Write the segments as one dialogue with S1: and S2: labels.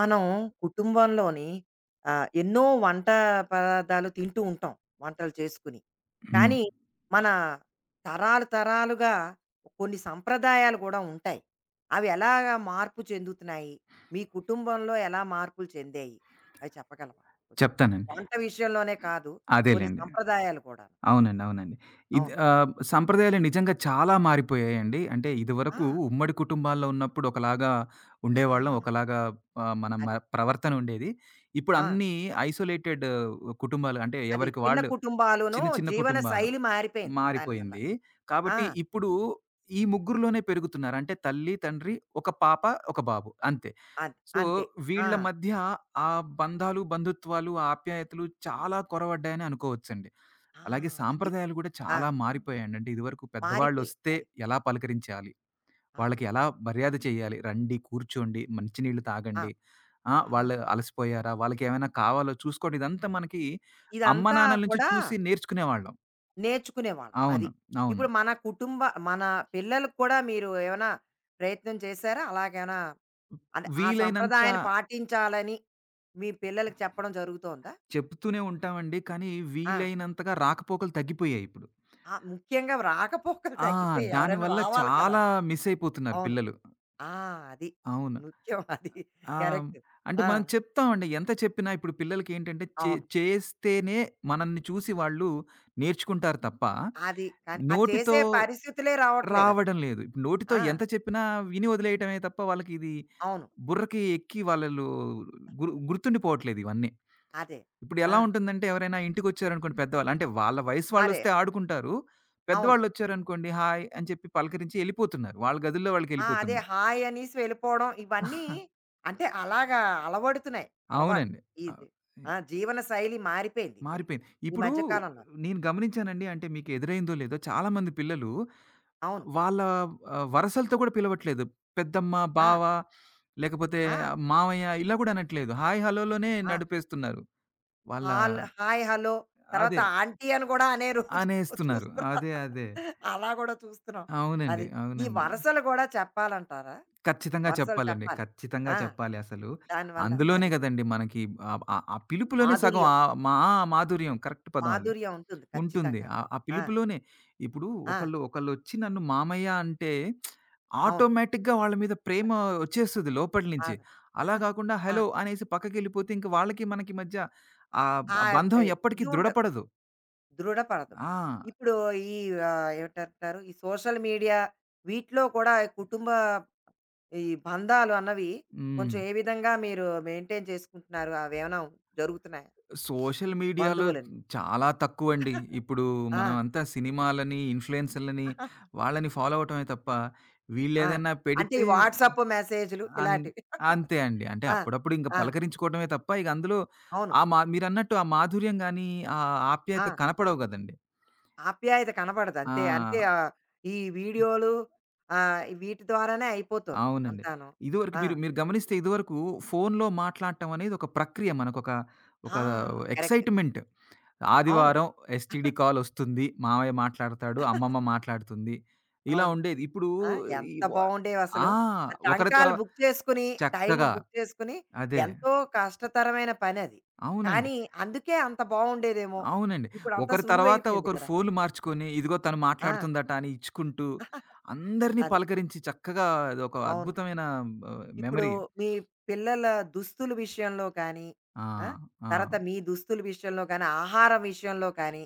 S1: మనం కుటుంబంలోని ఎన్నో వంట పదార్థాలు తింటూ ఉంటాం. వంటలు చేసుకుని.
S2: హ్మ్.
S1: కానీ మన తరాలు తరాలుగా కొన్ని సంప్రదాయాలు గూడా ఉంటాయి. అవి ఎలాగా మార్పు చెందుతున్నాయి? మీ కుటుంబంలో ఎలా మార్పులు చెందాయి? అవి చెప్పగలవా? కొంచెం
S2: చెప్తానండి.
S1: వంట విషయంలోనే కాదు. కొన్ని
S2: అదేలెండి.
S1: సంప్రదాయాలు కూడాను.
S2: అవునండి. అవునండి. ఇది
S1: అవును.
S2: సంప్రదాయాలు నిజంగా చాలా మారిపోయాయండి. అంటే
S1: ఆ!
S2: ఇదివరకు ఉమ్మడి కుటుంబాల్లో ఉన్నప్పుడు ఒకలాగా
S1: ఆ!
S2: ఉండేవాళ్ళం. ఒకలాగా మన
S1: అది.
S2: ప్రవర్తన ఉండేది. ఇప్పుడు
S1: ఆ!
S2: అన్నీ ఐసోలేటెడ్ కుటుంబాలు, అంటే
S1: అది
S2: ఎవరికి
S1: చిన్న
S2: వాళ్ళు
S1: కుటుంబాలును
S2: చిన్న చిన్న
S1: జీవన
S2: కుటుంబాలు.
S1: శైలి మారిపోయింది దానివల్ల.
S2: మారిపోయింది.
S1: ఆ!
S2: కాబట్టి ఇప్పుడు ఈ ముగ్గురులోనే పెరుగుతున్నారు. అంటే తల్లి, తండ్రి, ఒక పాప, ఒక బాబు అంతే.
S1: అది.
S2: సో,
S1: అంతే. ఆ!
S2: వీళ్ళ మధ్య ఆ బంధాలు, బంధుత్వాలు, ఆ ఆప్యాయతలు చాలా కొరవడ్డాయని అనుకోవచ్చండి.
S1: ఆ!
S2: అలాగే
S1: అది.
S2: సాంప్రదాయాలు గూడా
S1: ఆ!
S2: చాలా మారిపోయాయండి. అంటే ఇదివరకు
S1: మారిపోయేది
S2: పెద్దవాళ్ళొస్తే
S1: అది.
S2: ఎలా పలకరించాలి?
S1: ఆ!
S2: వాళ్ళకి ఎలా మర్యాద చేయాలి? రండి, కూర్చోండి, మంచినీళ్ళు
S1: ఆ!
S2: తాగండి. ఆ!
S1: ఆ!
S2: వాళ్ళు అలసిపోయారా? వాళ్ళకేమైనా కావాలో చూసుకోండి. ఇదంతా మనకి అమ్మ,
S1: ఇదంతా
S2: నాన్నల నుంచి
S1: కూడా
S2: చూసి నేర్చుకునేవాళ్ళం.
S1: నేర్చుకునేవాళ్ళం. అది.
S2: అవును. అవును.
S1: ఇప్పుడు మన కుటుంబ మన పిల్లలకి కూడా మీరు ఏమైనా ప్రయత్నం చేశారా? అలాగేమైనా అంటే ఆ
S2: వీలైనంత
S1: సంప్రదాయాన్ని పాటించాలని మీ పిల్లలకి చెప్పడం జరుగుతోందా?
S2: చెప్తూనే ఉంటామండి. కానీ
S1: ఆ!
S2: వీలైనంతగా రాకపోకలు తగ్గిపోయాయి ఇప్పుడు.
S1: ఆ! ముఖ్యంగా రాకపోకలు
S2: ఆ!
S1: తగ్గిపోయాయి. ఎవరైనా
S2: దానివల్ల
S1: రావాలి కదా!
S2: చాలా మిస్ అయిపోతున్నారు
S1: అవును.
S2: పిల్లలు.
S1: ఆ! అది.
S2: అవును.
S1: ముఖ్యం అది.
S2: ఆహ్,
S1: కరెక్ట్.
S2: అంటే
S1: ఆ!
S2: మనం చెప్తామండి. ఎంత చెప్పినా ఇప్పుడు పిల్లలకేంటంటే
S1: అవును.
S2: చేస్తేనే మనల్ని చూసి వాళ్ళు నేర్చుకుంటారు తప్ప
S1: అది. కానీ ఆ
S2: నోటితో
S1: చేసే పరిస్థితులే రావట్లేదసలు.
S2: రావడం లేదు. ఇప్పుడు నోటితో
S1: ఆ!
S2: ఎంత చెప్పినా విని వదిలేయటమే తప్ప వాళ్ళకి ఇది
S1: అవును.
S2: బుర్రకి ఎక్కి వాళ్ళు గుర్తుండిపోవట్లేదు ఇవన్నీ.
S1: అదే.
S2: ఇప్పుడు
S1: ఆ!
S2: ఎలా ఉంటుందంటే ఎవరైనా ఇంటికొచ్చారనుకోండి పెద్దవాళ్ళు. అంటే వాళ్ళ వయసు
S1: అదే.
S2: వాళ్ళొస్తే ఆడుకుంటారు.
S1: అవును.
S2: పెద్దవాళ్ళొచ్చారనుకోండి హాయ్ అని చెప్పి పలకరించి ఎళ్ళిపోతున్నారు. వాళ్ళ గదుల్లో
S1: ఆ! అదే
S2: వాళ్ళకెళ్ళిపోతున్నారు.
S1: హాయ్ అనేసి వెళ్ళిపోవడం ఇవన్నీ అంటే అలాగా అలవడుతున్నాయి. అలవాటు.
S2: అవునండి. ఆహ్,
S1: ఇది.
S2: హ్మ్.
S1: ఆ! జీవన శైలి మారిపోయింది ఇప్పుడు.
S2: మారిపోయింది.
S1: ఈ
S2: ఇప్పుడు
S1: మధ్య కాలంలో.
S2: నేను గమనించానండి, అంటే మీకు ఎదురైందో లేదో, చాలా మంది పిల్లలు
S1: అవును.
S2: వాళ్ళ వరసలతో కూడా పిలవట్లేదు. పెద్దమ్మ,
S1: ఆ!
S2: బావ లేకపోతే
S1: ఆ!
S2: మావయ్య ఇలా కూడా అనట్లేదు. హాయ్, హలోలోనే
S1: ఆ!
S2: నడిపేస్తున్నారు. వాళ్ళ
S1: హాల్ హాయ్, హలో తర్వాత
S2: అదే.
S1: ఆంటీ అని గూడా అనే రోజు
S2: అనేస్తున్నారు.
S1: చూస్తున్నాం.
S2: అదే. అదే.
S1: అలా గూడా చూస్తున్నాం.
S2: అవునండి.
S1: అది. ఈ
S2: అవునండి.
S1: వరసలు గూడా చెప్పాలంటారా?
S2: ఖచ్చితంగా
S1: వరసలు
S2: చెప్పాలండి.
S1: చెప్పాలి.
S2: ఖచ్చితంగా
S1: ఆ!
S2: చెప్పాలి అసలు.
S1: దానివల్ల
S2: అందులోనే
S1: అది.
S2: గదండీ మనకి ఆ ఆ పిలుపులోనే సగం
S1: మాధుర్యం.
S2: మా మాధుర్యం కరెక్ట్ పదం అది.
S1: మాధుర్యం ఉంటుంది
S2: ఉంటుంది.
S1: ఖచ్చితంగా.
S2: ఆ ఆ
S1: ఆ!
S2: పిలుపులోనే ఇప్పుడు
S1: ఆ!
S2: ఒకళ్ళొచ్చి నన్ను మామయ్య అంటే
S1: అవును.
S2: ఆటోమేటిక్‌గా వాళ్ళ మీద ప్రేమ వచ్చేస్తది లోపటి నుంచి.
S1: అదే.
S2: అలా గాకుండా
S1: ఆ!
S2: హలో! అనేసి పక్కకెళ్ళిపోతే ఇంక వాళ్ళకి మనకి మధ్య ఆహ్,
S1: ఆ
S2: బంధం
S1: ఏ,
S2: ఎప్పటికి
S1: ఇది ఉండదు.
S2: దృఢపడదు.
S1: దృఢపడదు.
S2: ఆ!
S1: ఇప్పుడు ఈ ఏమిటంటారు ఈ సోషల్ మీడియా వీటిలో కూడా ఈ కుటుంబ ఈ బంధాలు అన్నవి
S2: హ్మ్.
S1: కొంచెం ఏ విధంగా మీరు మెయింటైన్ చేసుకుంటున్నారు? అవేమైనా జరుగుతున్నాయా?
S2: సోషల్ మీడియాలో
S1: బంధువులని.
S2: చాలా తక్కువండి. ఇప్పుడు
S1: ఆ!
S2: మనమంతా సినిమాలని, ఇన్‌ఫ్లుయెన్సర్‌లని వాళ్ళని ఫాలో అవ్వటమే తప్ప,
S1: ఆ!
S2: వీళ్ళేదన్నా
S1: అంటే ఈ
S2: పెడితే
S1: వాట్సాప్ మెసేజ్‌లు
S2: అన్
S1: ఇలాంటివి.
S2: అంతే అండి. అంటే
S1: ఆ!
S2: అప్పుడప్పుడు ఇంక
S1: ఆ!
S2: పలకరించుకోవటమే తప్ప, ఇక అందులో
S1: అవును.
S2: ఆ మీరన్నట్టు ఆ మాధుర్యం గానీ, ఆ
S1: ఆ!
S2: ఆప్యాయత కనపడవు గదండీ.
S1: ఆప్యాయత కనపడదు. అంతే. అంతే
S2: ఆ!
S1: ఆహ్, ఈ వీడియోలు వీటి ద్వారానే అయిపోతుంది
S2: అవునండి.
S1: అంతాను.
S2: ఇదివరకు
S1: ఆ!
S2: మీరు మీరు గమనిస్తే ఇదివరకు ఫోనులో మాట్లాడటం అనేది ఒక ప్రక్రియ. మనకొక ఒక
S1: ఆ! కరెక్ట్.
S2: ఎక్సైట్‌మెంట్.
S1: అవును.
S2: ఆదివారం ఎస్టీడీ కాలొస్తుంది. మామయ్య మాట్లాడతాడు. అమ్మమ్మ మాట్లాడుతుంది. ఇలా
S1: అవును.
S2: ఉండేది. ఇప్పుడు
S1: ఆ!
S2: ఈ
S1: ఎంత
S2: వ ఆ!
S1: బావుండేవసలు. ఆ
S2: ఒకరి
S1: టంకాలు
S2: తర్వా
S1: బుక్ చేసుకొని, టైము
S2: చక్కగా.
S1: బుక్ చేసుకొని
S2: అదే.
S1: ఎంతో కష్టతరమైన పనది.
S2: అవునండి.
S1: కానీ అందుకే అంత బావుండేదేమో.
S2: అవునండి.
S1: ఇప్పుడంతా
S2: ఒకరి తర్వాత
S1: సులువైపోయింది
S2: ఒకరు
S1: కదా!
S2: ఫోన్‌లు మార్చుకొని, ఇదిగో తను
S1: ఆ!
S2: మాట్లాడుతుందట అని ఇచ్చుకుంటూ, అందరిని
S1: అదే.
S2: పలకరించి చక్కగా అదొక
S1: అవును.
S2: అద్భుతమైన
S1: ఇప్పుడు
S2: మెమరీ.
S1: మీ పిల్లల దుస్తుల విషయంలో కానీ,
S2: ఆ!
S1: ఆ!
S2: ఆ!
S1: తర్వాత మీ దుస్తుల విషయంలో కానీ, ఆహారం విషయంలో కానీ,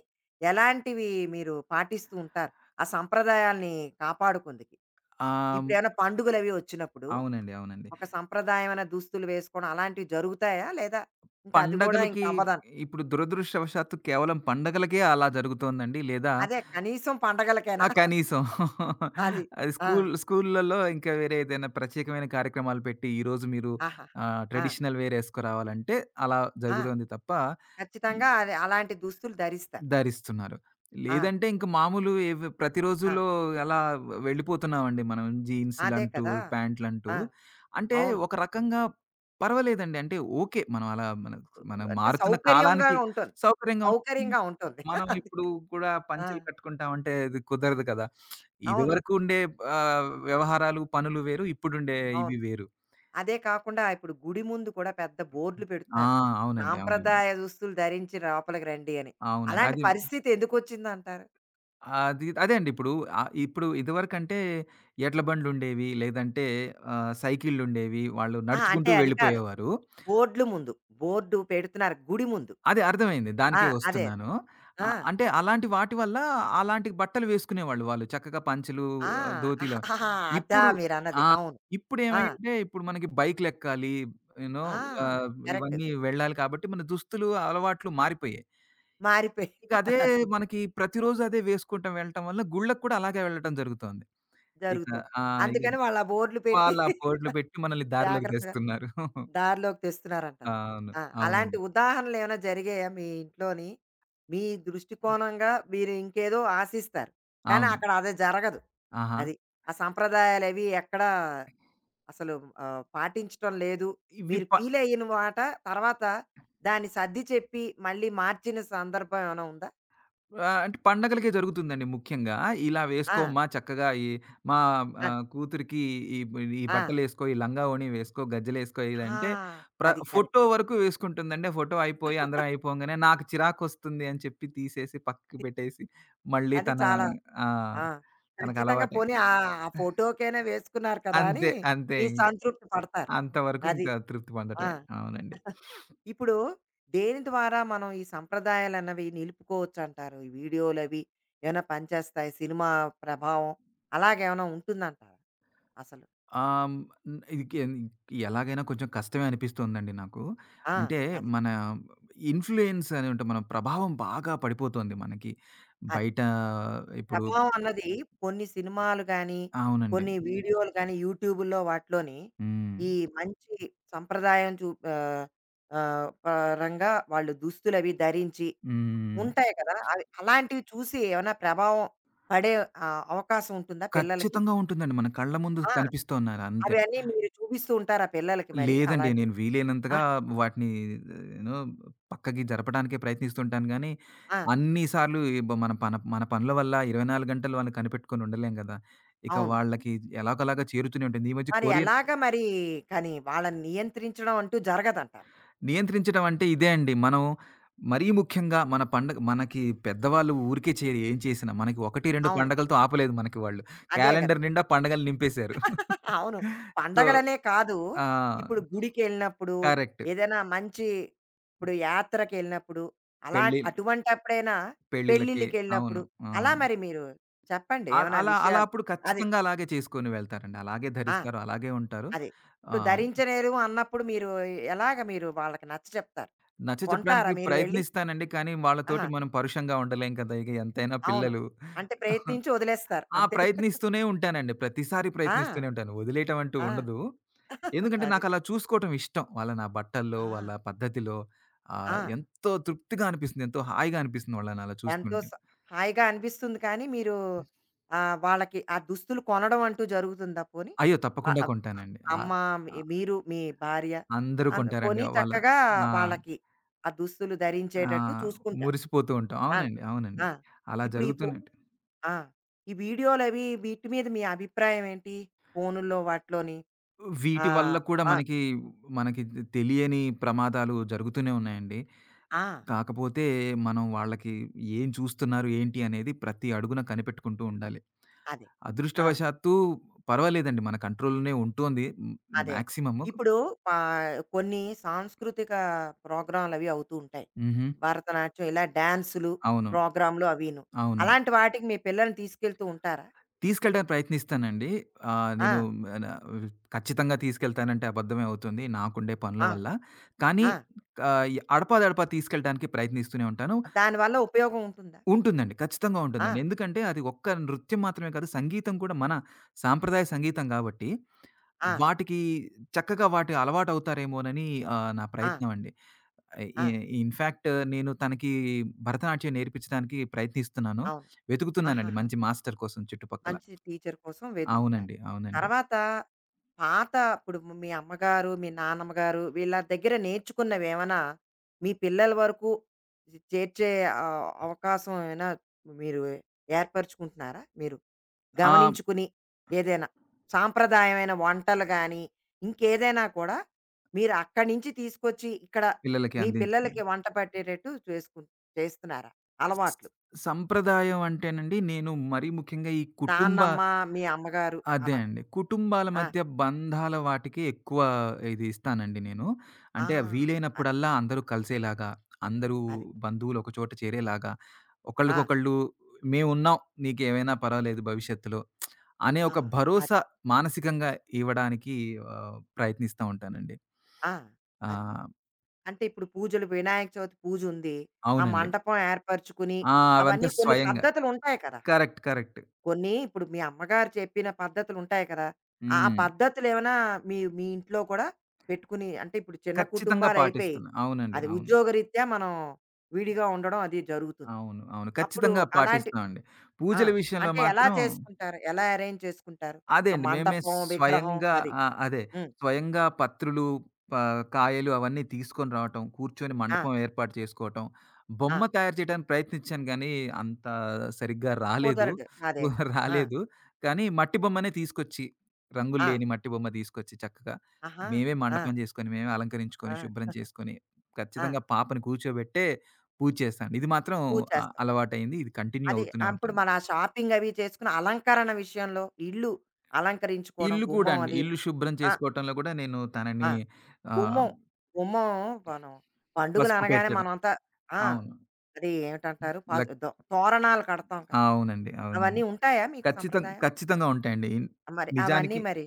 S1: ఎలాంటివి మీరు పాటిస్తూ ఉంటారు? ఆ సంప్రదాయాల్ని కాపాడుకుందుకి.
S2: ఆహ్,
S1: ఇప్పుడేమైనా పండుగలవి వచ్చినప్పుడు,
S2: అవునండి. అవునండి.
S1: ఒక సంప్రదాయమైన దుస్తులు వేసుకోవడం అలాంటివి జరుగుతాయా? లేదా ఇంకా అది కూడా ఇంక
S2: పండగలకి
S1: అవ్వదన్
S2: ఇప్పుడు దురదృష్టవశాత్తు కేవలం పండగలకే అలా జరుగుతోందండి. లేదా
S1: అదే కనీసం
S2: ఆ!
S1: పండగలకైనా
S2: కనీసం.
S1: అది.
S2: అది
S1: ఆ!
S2: స్కూల్‌లలో ఇంకా వేరే ఏదైనా ప్రత్యేకమైన కార్యక్రమాలు పెట్టి, ఈరోజు మీరు
S1: ఆహాహా! ఆ!
S2: ట్రెడిషనల్ వేర్ ఏసుకురావాలంటే అలా
S1: ఆ!
S2: జరుగుతుంది తప్ప
S1: ఖచ్చితంగా అది అలాంటి దుస్తులు ధరిస్తారు.
S2: ధరిస్తున్నారు.
S1: ఆ!
S2: లేదంటే ఇంక మామూలు ఏవి
S1: ఆ!
S2: ప్రతిరోజులో అలా వెళ్ళిపోతున్నామండి మనం
S1: అదే
S2: జీన్స్‌లంటూ,
S1: కదా!
S2: ప్యాంట్‌లంటూ.
S1: ఆ!
S2: అంటే
S1: అవును.
S2: ఒక రకంగా పర్వాలేదండి. అంటే ఓకే. మనం అలా మన మనం
S1: అంటే
S2: మారుతున్న
S1: సౌకర్యంగా
S2: కాలానికి
S1: ఉంటుంది.
S2: సౌకర్యంగా ఉంటుంది.
S1: సౌకర్యంగా ఉంటుంది.
S2: మనం
S1: అది.
S2: ఇప్పుడు కూడా
S1: ఆ!
S2: పంచెలు కట్టుకుంటామంటే అది కుదరదు కదా!
S1: అవును.
S2: ఇదివరకు ఉండే వ్యవహారాలు, పనులు వేరు. ఇప్పుడుండే ఇవి
S1: అవును.
S2: వేరు.
S1: అదే కాకుండా ఇప్పుడు గుడి ముందు కూడా పెద్ద బోర్డులు
S2: ఆ!
S1: పెడుతున్నారు.
S2: అవునండి. అవునండి.
S1: సాంప్రదాయ దుస్తులు ధరించి లోపలికి రండి అని.
S2: అవునండి.
S1: అలాంటి
S2: అది
S1: పరిస్థితి ఎందుకొచ్చిందంటారు?
S2: అది అదే అండి. ఇప్పుడు ఇప్పుడు ఇదివరకంటే ఎడ్ల బండ్లుండేవి. లేదంటే సైకిళ్ళుండేవి. వాళ్ళు
S1: ఆ! అంటే
S2: నడుచుకుంటూ
S1: అది కాదు.
S2: వెళ్ళిపోయేవారు.
S1: బోర్డులు ముందు. బోర్డు పెడుతున్నారు గుడి ముందు.
S2: అది అర్థమైంది.
S1: ఆ!
S2: దానికే
S1: అదే.
S2: వస్తున్నాను.
S1: ఆ!
S2: అంటే అలాంటి వాటి వల్ల అలాంటి బట్టలు వేసుకునేవాళ్ళు వాళ్ళు. చక్కగా పంచెలు,
S1: ఆ!
S2: ధోతీలు అవన్నీ.
S1: ఆహాహా, అదా
S2: ఇప్పుడు
S1: మీరన్నది.
S2: ఆ!
S1: అవును. ఆ!
S2: ఇప్పుడేమైంటే ఇప్పుడు మనకి బైక్‌లెక్కాలి. యూ నో
S1: ఆ!
S2: ఆహ్,
S1: కరెక్ట్.
S2: ఇవన్నీ వెళ్ళాలి కాబట్టి మన దుస్తులు, అలవాట్లు మారిపోయాయి.
S1: మారిపోయి
S2: ఇక అదే మనకి ప్రతిరోజు అదే వేసుకుంటం వెళ్ళటం వల్ల గుళ్ళకి కూడా అలాగే వెళ్ళటం జరుగుతోంది. ఇక
S1: జరుగుతోంది.
S2: ఆ! ఇక
S1: అందుకని వాళ్ళు ఆ బోర్డులు పెట్టి
S2: వాళ్ళు ఆ బోర్డ్‌లు పెట్టి మనల్ని దారిలోకి
S1: జాగ్రత్తగా
S2: తెస్తున్నారు.
S1: దారిలోకి తెస్తున్నారంటారు.
S2: అవును.
S1: ఆ! అలాంటి
S2: అవునండి.
S1: ఉదాహరణలు ఏమైనా జరిగాయా మీ ఇంట్లోని? మీ దృష్టికోణంగా మీరు ఇంకేదో ఆశిస్తారు. కానీ
S2: అవును.
S1: అక్కడ అది జరగదు.
S2: ఆహా!
S1: అది. ఆ సంప్రదాయాలవి ఎక్కడా అసలు పాటించటం లేదు.
S2: ఇవి
S1: మీరు
S2: ప
S1: ఫీల్ అయిన మాట తర్వాత దాన్ని సర్ది చెప్పి మళ్ళీ మార్చిన సందర్భం ఏమైనా ఉందా?
S2: అంటే పండగలకే జరుగుతుందండి ముఖ్యంగా. ఇలా
S1: ఆ!
S2: వేసుకోమ్మా చక్కగా ఈ మా
S1: అది.
S2: కూతురికి ఈ ఈ
S1: ఆ!
S2: బట్టలేసుకో, ఈ లంగా ఓణి వేసుకో, గజ్జెలేసుకో
S1: ఆ!
S2: ఇదంటే
S1: అది
S2: ఫోటో
S1: కరెక్ట్.
S2: వరకు వేసుకుంటుందండి. ఆ ఫోటో అయిపోయి అందరం అయిపోంగానే నాకు చిరాకొస్తుంది అని చెప్పి తీసేసి పక్కకి పెట్టేసి మళ్ళీ
S1: అది
S2: తన
S1: చాలా
S2: ఆ!
S1: ఆ! ఖచ్చితంగా
S2: తనకలవాటైంది.
S1: పోనీ ఆ ఫోటోకైనా వేసుకున్నారు కదా! అని
S2: అంతే. అంతే
S1: మీ
S2: ఇంక.
S1: సంతృప్తి పడతారు.
S2: అంతవరకు
S1: అది.
S2: ఇంకా తృప్తి
S1: ఆ!
S2: పొందటమే. అవునండి.
S1: ఇప్పుడు దేని ద్వారా మనం ఈ సంప్రదాయాలన్నవి నిలుపుకోవచ్చంటారు? ఈ వీడియోలవి ఏమైనా పనిచేస్తాయి? సినిమా ప్రభావం అలాగేమైనా ఉంటుందంటారా అసలు?
S2: హ్మ్. న్ ఇది కెన్ ఎలాగైనా కొంచెం కష్టమే అనిపిస్తుందండి నాకు.
S1: ఆ!
S2: అంటే
S1: అది.
S2: మన ఇన్‌ఫ్లుయెన్స్ అని ఉంటాం. మన ప్రభావం బాగా పడిపోతోంది మనకి.
S1: అదే.
S2: బయట ఇప్పుడు
S1: ప్రభావం అన్నది కొన్ని సినిమాలు గానీ,
S2: అవునండి.
S1: కొన్ని వీడియోలు గానీ, యూట్యూబుల్లో వాటిలోని
S2: హ్మ్.
S1: ఈ మంచి సంప్రదాయం చూ ఆహ్, ఆహ్, పరంగా వాళ్ళు దుస్తులవి ధరించి
S2: హ్మ్.
S1: ఉంటాయి కదా! అవి అలాంటివి చూసి ఏమైనా ప్రభావం పడే అవకాశం ఉంటుందా పిల్లలకి?
S2: ఖచ్చితంగా ఉంటుందండి. మన కళ్ళ ముందు
S1: ఆ!
S2: కనిపిస్తున్నారు అంతే.
S1: అవన్నీ మీరు చూపిస్తూ ఉంటారా పిల్లలకి మరి
S2: లేదండి.
S1: అలాంటివి?
S2: నేను
S1: ఆ!
S2: వీలైనంతగా వాటిని యూనో పక్కకి జరపడానికే ప్రయత్నిస్తుంటాను గానీ,
S1: ఆ!
S2: అన్ని సార్లు మన పనుల వల్ల 24 గంటలు వాళ్ళని కనిపెట్టుకొని ఉండలేం గదా! ఇక
S1: అవును.
S2: వాళ్ళకి ఎలాగోలాగా చేరుతూనే ఉంటుంది. ఈ మధ్య
S1: మరి
S2: కొరియర్
S1: ఎలాగా మరి కానీ వాళ్ళని నియంత్రించడం అంటూ జరగదంటారు.
S2: నియంత్రించడం అంటే ఇదే అండి. మనం మరీ ముఖ్యంగా మన పండగ మనకి పెద్దవాళ్ళు ఊరికే చేయరు ఏం చేసినా. మనకి 1, 2
S1: అవును.
S2: పండగలతో ఆపలేదు మనకి వాళ్ళు.
S1: అదే కదా!
S2: క్యాలెండర్ నిండా పండగలు నింపేశారు.
S1: అవును.
S2: సో
S1: పండగలనే కాదు.
S2: ఆ!
S1: ఇప్పుడు గుడికెళ్ళినప్పుడు,
S2: కరెక్ట్.
S1: ఏదైనా మంచి ఇప్పుడు యాత్రకెళ్ళినప్పుడు, అలా
S2: పెళ్లి
S1: అటువంటప్పుడైనా
S2: పెళ్ళిళ్ళకి.
S1: పెళ్ళిళ్ళకెళ్ళినప్పుడు
S2: అవును. ఆ!
S1: అలా మరి మీరు చెప్పండి
S2: అల్
S1: ఏమైనా
S2: అలా అలా
S1: విషయాలు?
S2: అప్పుడు
S1: అది.
S2: ఖచ్చితంగా అలాగే చేసుకొని వెళ్తారండి. అలాగే
S1: ఆ!
S2: ధరిస్తారు. అలాగే ఉంటారు.
S1: అది. ఇప్పుడు
S2: ఆహ్,
S1: ధరించలేరు అన్నప్పుడు మీరు ఎలాగ మీరు వాళ్ళకి నచ్చ చెప్తారు?
S2: నచ్చ
S1: కొంటారా
S2: చెప్పడానికి
S1: మీరు వెళ్లి?
S2: ప్రయత్నిస్తానండి. కానీ వాళ్ళతోటి
S1: ఆహా!
S2: మనం పరుషంగా ఉండలేం కదా! ఇక ఎంతైనా
S1: అవును.
S2: పిల్లలు.
S1: అంటే ప్రయత్నించి వదిలేస్తారు
S2: ఆ!
S1: అంతే.
S2: ప్రయత్నిస్తూనే ఉంటానండి. ప్రతిసారి
S1: ఆ!
S2: ప్రయత్నిస్తూనే ఉంటాను. వదిలేయటం అంటూ
S1: ఆ!
S2: ఉండదు. ఎందుకంటే
S1: అది.
S2: నాకలా చూసుకోవటం ఇష్టం. వాళ్ళ నా బట్టల్లో,
S1: ఆ!
S2: వాళ్ళ పద్ధతిలో
S1: ఆ!
S2: ఎంతో తృప్తిగా అనిపిస్తుంది. ఎంతో హాయిగా అనిపిస్తుంది వాళ్ళని అలా
S1: ఎంతో
S2: చూస్తుంటే.
S1: స హాయిగా అనిపిస్తుంది కానీ మీరు వాళ్ళకి ఆ దుస్తులు కొనడం అంటూ జరుగుతుందా పోనీ?
S2: అయ్యో!
S1: అ
S2: తప్పకుండా
S1: అ
S2: కొంటానండి.
S1: అమ్మ, మీరు, మీ భార్య
S2: అందరూ
S1: అంద్
S2: కొంటారండి.
S1: కొని
S2: వాళ్ళ
S1: చక్కగా
S2: ఆ!
S1: వాళ్ళకి ఆ దుస్తులు
S2: ఆ!
S1: ధరించేటట్టు చూసుకుంటారు.
S2: మురిసిపోతూ ఉంటాం.
S1: ఆ!
S2: అవునండి. అవునండి.
S1: ఆ!
S2: అలా
S1: ఇప్పుడు ఈ ఫో
S2: జరుగుతూనే ఉంటాయి.
S1: ఆ! ఈ వీడియోలవి వీటి మీద మీ అభిప్రాయం ఏంటి? ఫోనుల్లో వాటిలోని
S2: వీటి వల్ల
S1: ఆహ్,
S2: కూడా
S1: ఆ!
S2: మనకి, మనకి తెలియని ప్రమాదాలు జరుగుతూనే ఉన్నాయండి.
S1: ఆ!
S2: కాకపోతే మనం వాళ్ళకి ఏం చూస్తున్నారు, ఏంటి అనేది ప్రతి అడుగున కనిపెట్టుకుంటూ ఉండాలి.
S1: అదే. ఆ!
S2: అదృష్టవశాత్తు పర్వాలేదండి. మన కంట్రోల్‌లోనే ఉంటోంది. హ్మ్.
S1: అదే.
S2: మాక్సిమము.
S1: ఇప్పుడు కొన్ని సాంస్కృతిక ప్రోగ్రామ్‌లవి అవుతూ ఉంటాయి.
S2: హుహు.
S1: భరతనాట్యం ఇలా డాన్సులు,
S2: అవును.
S1: ప్రోగ్రామ్‌లు అవిను.
S2: అవును.
S1: అలాంటి వాటికి మీ పిల్లల్ని తీసుకెళ్తూ ఉంటారా?
S2: తీసుకెళ్ళడానికి ప్రయత్నిస్తానండి. ఆహ్,
S1: ఆ!
S2: నేను మన ఖచ్చితంగా తీసుకెళ్తానంటే అబద్ధమే అవుతుంది. నాకుండే పనుల
S1: ఆ!
S2: వల్ల. కానీ
S1: ఆ!
S2: ఈ అడపాదడపా తీసుకెళ్ళడానికి ప్రయత్నిస్తూనే ఉంటాను.
S1: దానివల్ల ఉపయోగం ఉంటుందా?
S2: ఉంటుందండి. ఖచ్చితంగా
S1: ఆ!
S2: ఉంటుందండి. ఎందుకంటే అది ఒక్క నృత్యం మాత్రమే కాదు, సంగీతం కూడా మన సాంప్రదాయ సంగీతం కాబట్టి,
S1: ఆ!
S2: వాటికి చక్కగా వాటి అలవాటవుతారేమోనని నా
S1: ఆ!
S2: ప్రయత్నం అండి.
S1: ఆ!
S2: ఇ ఇన్‌ఫాక్ట్ నేను తనకి భరతనాట్యం నేర్పించడానికి ప్రయత్నిస్తున్నాను.
S1: అవును.
S2: వెతుకుతున్నానండి
S1: ఆహాహా!
S2: మంచి మాస్టర్ కోసం చుట్టుపక్కల.
S1: మంచి టీచర్ కోసం వెతుకుతున్నారు.
S2: అవునండి. అవునండి.
S1: తర్వాత పాత ఇప్పుడు మీ అమ్మగారు, మీ నాన్నమ్మగారు వీళ్ళ దగ్గర నేర్చుకున్నవేమైనా మీ పిల్లల వరకు చేర్చే అవకాశం ఏమైనా మీరు ఏర్పరుచుకుంటున్నారా? మీరు
S2: ఆ!
S1: గమనించుకుని ఏదైనా సాంప్రదాయమైన వంటలు గాని, ఇంకేదైనా కూడా మీరు అక్కడి నుంచి తీసుకొచ్చి ఇక్కడ
S2: పిల్లలకి
S1: మీ
S2: అందించింది.
S1: పిల్లలకి వంట పట్టేటట్టు చేసుకుం చేస్తున్నారా?
S2: స్
S1: అలవాట్లు
S2: సంప్రదాయం అంటేనండి నేను మరీ ముఖ్యంగా ఈ కుటుంబ
S1: నాన్నమ్మ, మీ అమ్మగారు
S2: అదే
S1: అలాగా?
S2: అండి. కుటుంబాల
S1: ఆ!
S2: మధ్య బంధాల వాటికి ఎక్కువ ఇది ఇస్తానండి నేను.
S1: ఆ!
S2: అంటే
S1: అది.
S2: వీలైనప్పుడల్లా అందరూ కలిసేలాగా, అందరూ
S1: అది.
S2: బంధువులు ఒక చోట చేరేలాగా,
S1: ఆ!
S2: ఒకళ్ళకొకళ్ళు మేమున్నాం నీకేమైనా పర్వాలేదు భవిష్యత్తులో అనే
S1: ఆ!
S2: ఒక
S1: అది.
S2: భరోసా మానసికంగా ఇవ్వడానికి ప్రయత్నిస్తా ఉంటానండి.
S1: ఆ! అది.
S2: ఆ!
S1: అంటే ఇప్పుడు పూజలు వినాయక చవితి పూజుంది. ఆ
S2: అవునండి.
S1: మండపం ఏర్పరుచుకుని,
S2: ఆ! అవంతా
S1: అవన్నీ కొన్ని
S2: స్వయంగా.
S1: పద్ధతులుంటాయి కదా!
S2: కరెక్ట్. కరెక్ట్.
S1: కొన్ని ఇప్పుడు మీ అమ్మగారు చెప్పిన పద్ధతులుంటాయి కదా! ఆ
S2: హ్మ్.
S1: పద్ధతులేమైనా మీ మీ ఇంట్లో కూడా పెట్టుకుని అంటే ఇప్పుడు చిన్న
S2: ఖచ్చితంగా
S1: కుటుంబాలయిపోయి,
S2: పాటిస్తున్నా. అవునండి.
S1: అది
S2: అవును.
S1: ఉద్యోగరీత్యా మనం విడిగా ఉండడం అది జరుగుతుంది.
S2: అవును. అవును.
S1: అప్పుడు
S2: ఖచ్చితంగా
S1: అలాంటి
S2: పాటిస్తామండి.
S1: ఆ!
S2: పూజల విషయంలో
S1: అంటే ఎలా
S2: మాత్రం
S1: చేసుకుంటారు? ఎలా అరేంజ్ చేసుకుంటారు?
S2: అదే
S1: ఆ
S2: అండి. మేమే
S1: మండపం, విగ్రహం
S2: స్వయంగా
S1: అది.
S2: ఆ! అదే.
S1: హ్మ్.
S2: స్వయంగా పత్రులు, ప కాయలు అవన్నీ తీసుకొని రావటం, కూర్చొని
S1: ఆ!
S2: మండపం ఏర్పాటు చేసుకోవటం, బొమ్మ
S1: ఆ!
S2: తయారు చేయడానికి ప్రయత్నించాను గానీ, అంత సరిగ్గా రాలేదు.
S1: కుదరదు.
S2: కు
S1: అదే కదా! ఆ!
S2: రాలేదు. కానీ మట్టి బొమ్మనే తీసుకొచ్చి, రంగులు
S1: ఆ!
S2: లేని మట్టి బొమ్మ తీసుకొచ్చి చక్కగా
S1: ఆహా!
S2: మేమే
S1: ఆ!
S2: మండపం చేసుకొని, మేమే అలంకరించుకొని,
S1: ఆ!
S2: శుభ్రం చేసుకొని,
S1: ఆ!
S2: ఖచ్చితంగా పాపని కూర్చోబెట్టే పూజ చేస్తాను. ఇది మాత్రం
S1: పూజ చేస్తాం.
S2: అలవాటయింది. ఇది కంటిన్యూ
S1: అది
S2: అవుతూనే
S1: అప్పుడు
S2: ఉంటుంది.
S1: మన షాపింగ్ అవి చేసుకుని అలంకరణ విషయంలో ఇల్లు అలంకరించుకోవడం,
S2: ఇల్లు కూడా
S1: గుమ్మం
S2: అండి.
S1: అదీను.
S2: ఇల్లు శుభ్రం
S1: ఆ!
S2: చేసుకోవటంలో కూడా నేను
S1: ఆ!
S2: తనని ఆహ్,
S1: గుమ్మం, గుమ్మం మనం పండుగలు
S2: పసుపు
S1: అనగానే
S2: పెట్టడం.
S1: మనమంతా ఆ!
S2: అవును.
S1: అది ఏమిటంటారు? ప
S2: లక్
S1: దో తోరణాలు కడతాం కదా!
S2: అవునండి.
S1: అవన్నీ
S2: అవునండి.
S1: ఉంటాయా మీకు సంప్రదాయం?
S2: ఖచ్చితంగా ఉంటాయండి.
S1: ఆ, మరి అవన్నీ
S2: నిజానికి
S1: మరి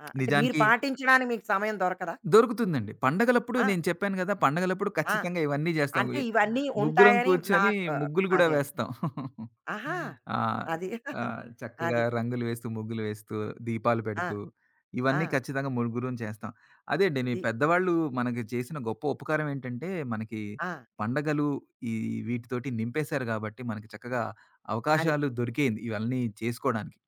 S1: ఆ! అంటే మీరు
S2: నిజానికి
S1: పాటించడానికి మీకు సమయం దొరకదా?
S2: దొరుకుతుందండి. పండగలప్పుడు
S1: ఆ!
S2: నేను చెప్పాను గదా! పండగలప్పుడు
S1: ఆ!
S2: ఖచ్చితంగా ఇవన్నీ జేస్తాం.
S1: అంటే ఇవన్నీ
S2: ముగ్గురం
S1: ఉంటాయని
S2: కూర్చొని
S1: నాకు ఆ,
S2: ముగ్గులు గూడా
S1: అదే.
S2: వేస్తాం.
S1: ఆహా!
S2: ఆ!
S1: అది.
S2: ఆ! చక్కగా
S1: అది.
S2: రంగులు వేస్తూ, ముగ్గులు వేస్తూ, దీపాలు
S1: ఆ!
S2: పెడుతూ
S1: ఆ!
S2: ఇవన్నీ ఖచ్చితంగా ముగ్గురం చేస్తాం. అదే అండి. నీ
S1: అది.
S2: పెద్దవాళ్ళు మనకి చేసిన గొప్ప ఉపకారం ఏంటంటే, మనకి
S1: ఆ!
S2: పండగలు ఈ వీటితోటి నింపేశారు గాబట్టి, మనకి చక్కగా
S1: అది.
S2: అవకాశాలు దొరికేయింది ఇవన్నీ చేసుకోడానికి.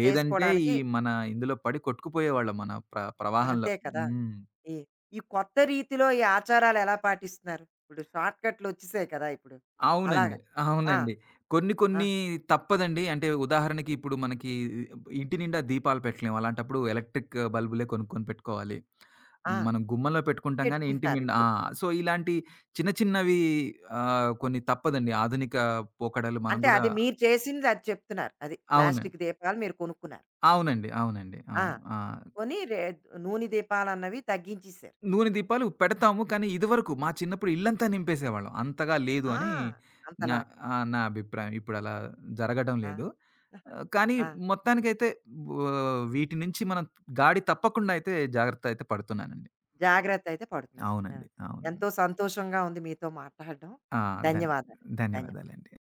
S2: లేదంటే, ఈ
S1: చేసుకోడానికి
S2: మన ఇందులో పడి కొట్టుకుపోయేవాళ్ళం మన ప్రవాహంలో.
S1: అంతే కదా!
S2: హ్మ్.
S1: ఈ ఈ కొత్త రీతిలో ఈ ఆచారాలు ఎలా పాటిస్తున్నారు? ఇప్పుడు షార్ట్‌కట్‌లొచ్చేసాయి కదా! ఇప్పుడు.
S2: అవునండి.
S1: అలాగా. ఆ!
S2: అవునండి. కొన్ని
S1: ఆ!
S2: కొన్ని తప్పదండి. అంటే ఉదాహరణకి ఇప్పుడు మనకి ఇంటి నిండా దీపాలు పెట్టలేం. అలాంటప్పుడు ఎలక్ట్రిక్ బల్బులే కొనుక్కొని పెట్టుకోవాలి.
S1: ఆ!
S2: మనం గుమ్మంలో పెట్టుకుంటాం గానీ ఇంటి
S1: పెట్టుకుంటారు
S2: ఆ!
S1: ఇప్పుడు.
S2: సో, ఇలాంటి చిన్న చిన్నవి కొన్ని తప్పదండి. ఆధునిక పోకడలు మనం
S1: అంటే
S2: గూడా
S1: అది మీరు చేసింది అది చెప్తున్నారు. అది.
S2: అవునండి.
S1: ప్లాస్టిక్ దీపాలు మీరు కొనుక్కున్నారు.
S2: అవునండి. అవునండి.
S1: ఆ!
S2: అవును. ఆ!
S1: కొని రే నూనె దీపాలన్నవి తగ్గించేసారు.
S2: నూనె దీపాలు పెడతాము. కానీ ఇదివరకు మా చిన్నప్పుడు ఇల్లంతా నింపేసేవాళ్ళం. అంతగా లేదు
S1: ఆ!
S2: అని నా
S1: అంతలాగా.
S2: ఆ! నా అభిప్రాయం. ఇప్పుడలా జరగడం
S1: ఆ!
S2: లేదు. కానీ
S1: ఆ!
S2: మొత్తానికైతే వీటి నుంచి మనం గాడి తప్పకుండా అయితే జాగ్రత్త అయితే పడుతున్నానండి.
S1: జాగ్రత్త అయితే పడుతున్నారు. ఆ!
S2: అవునండి. అవునండి.
S1: ఎంతో సంతోషంగా ఉంది మీతో మాట్లాడడం.
S2: ఆ! ధన్
S1: ధన్యవాదాలు. ధన్యవాదాలు.
S2: ధన్యవాదాలండి.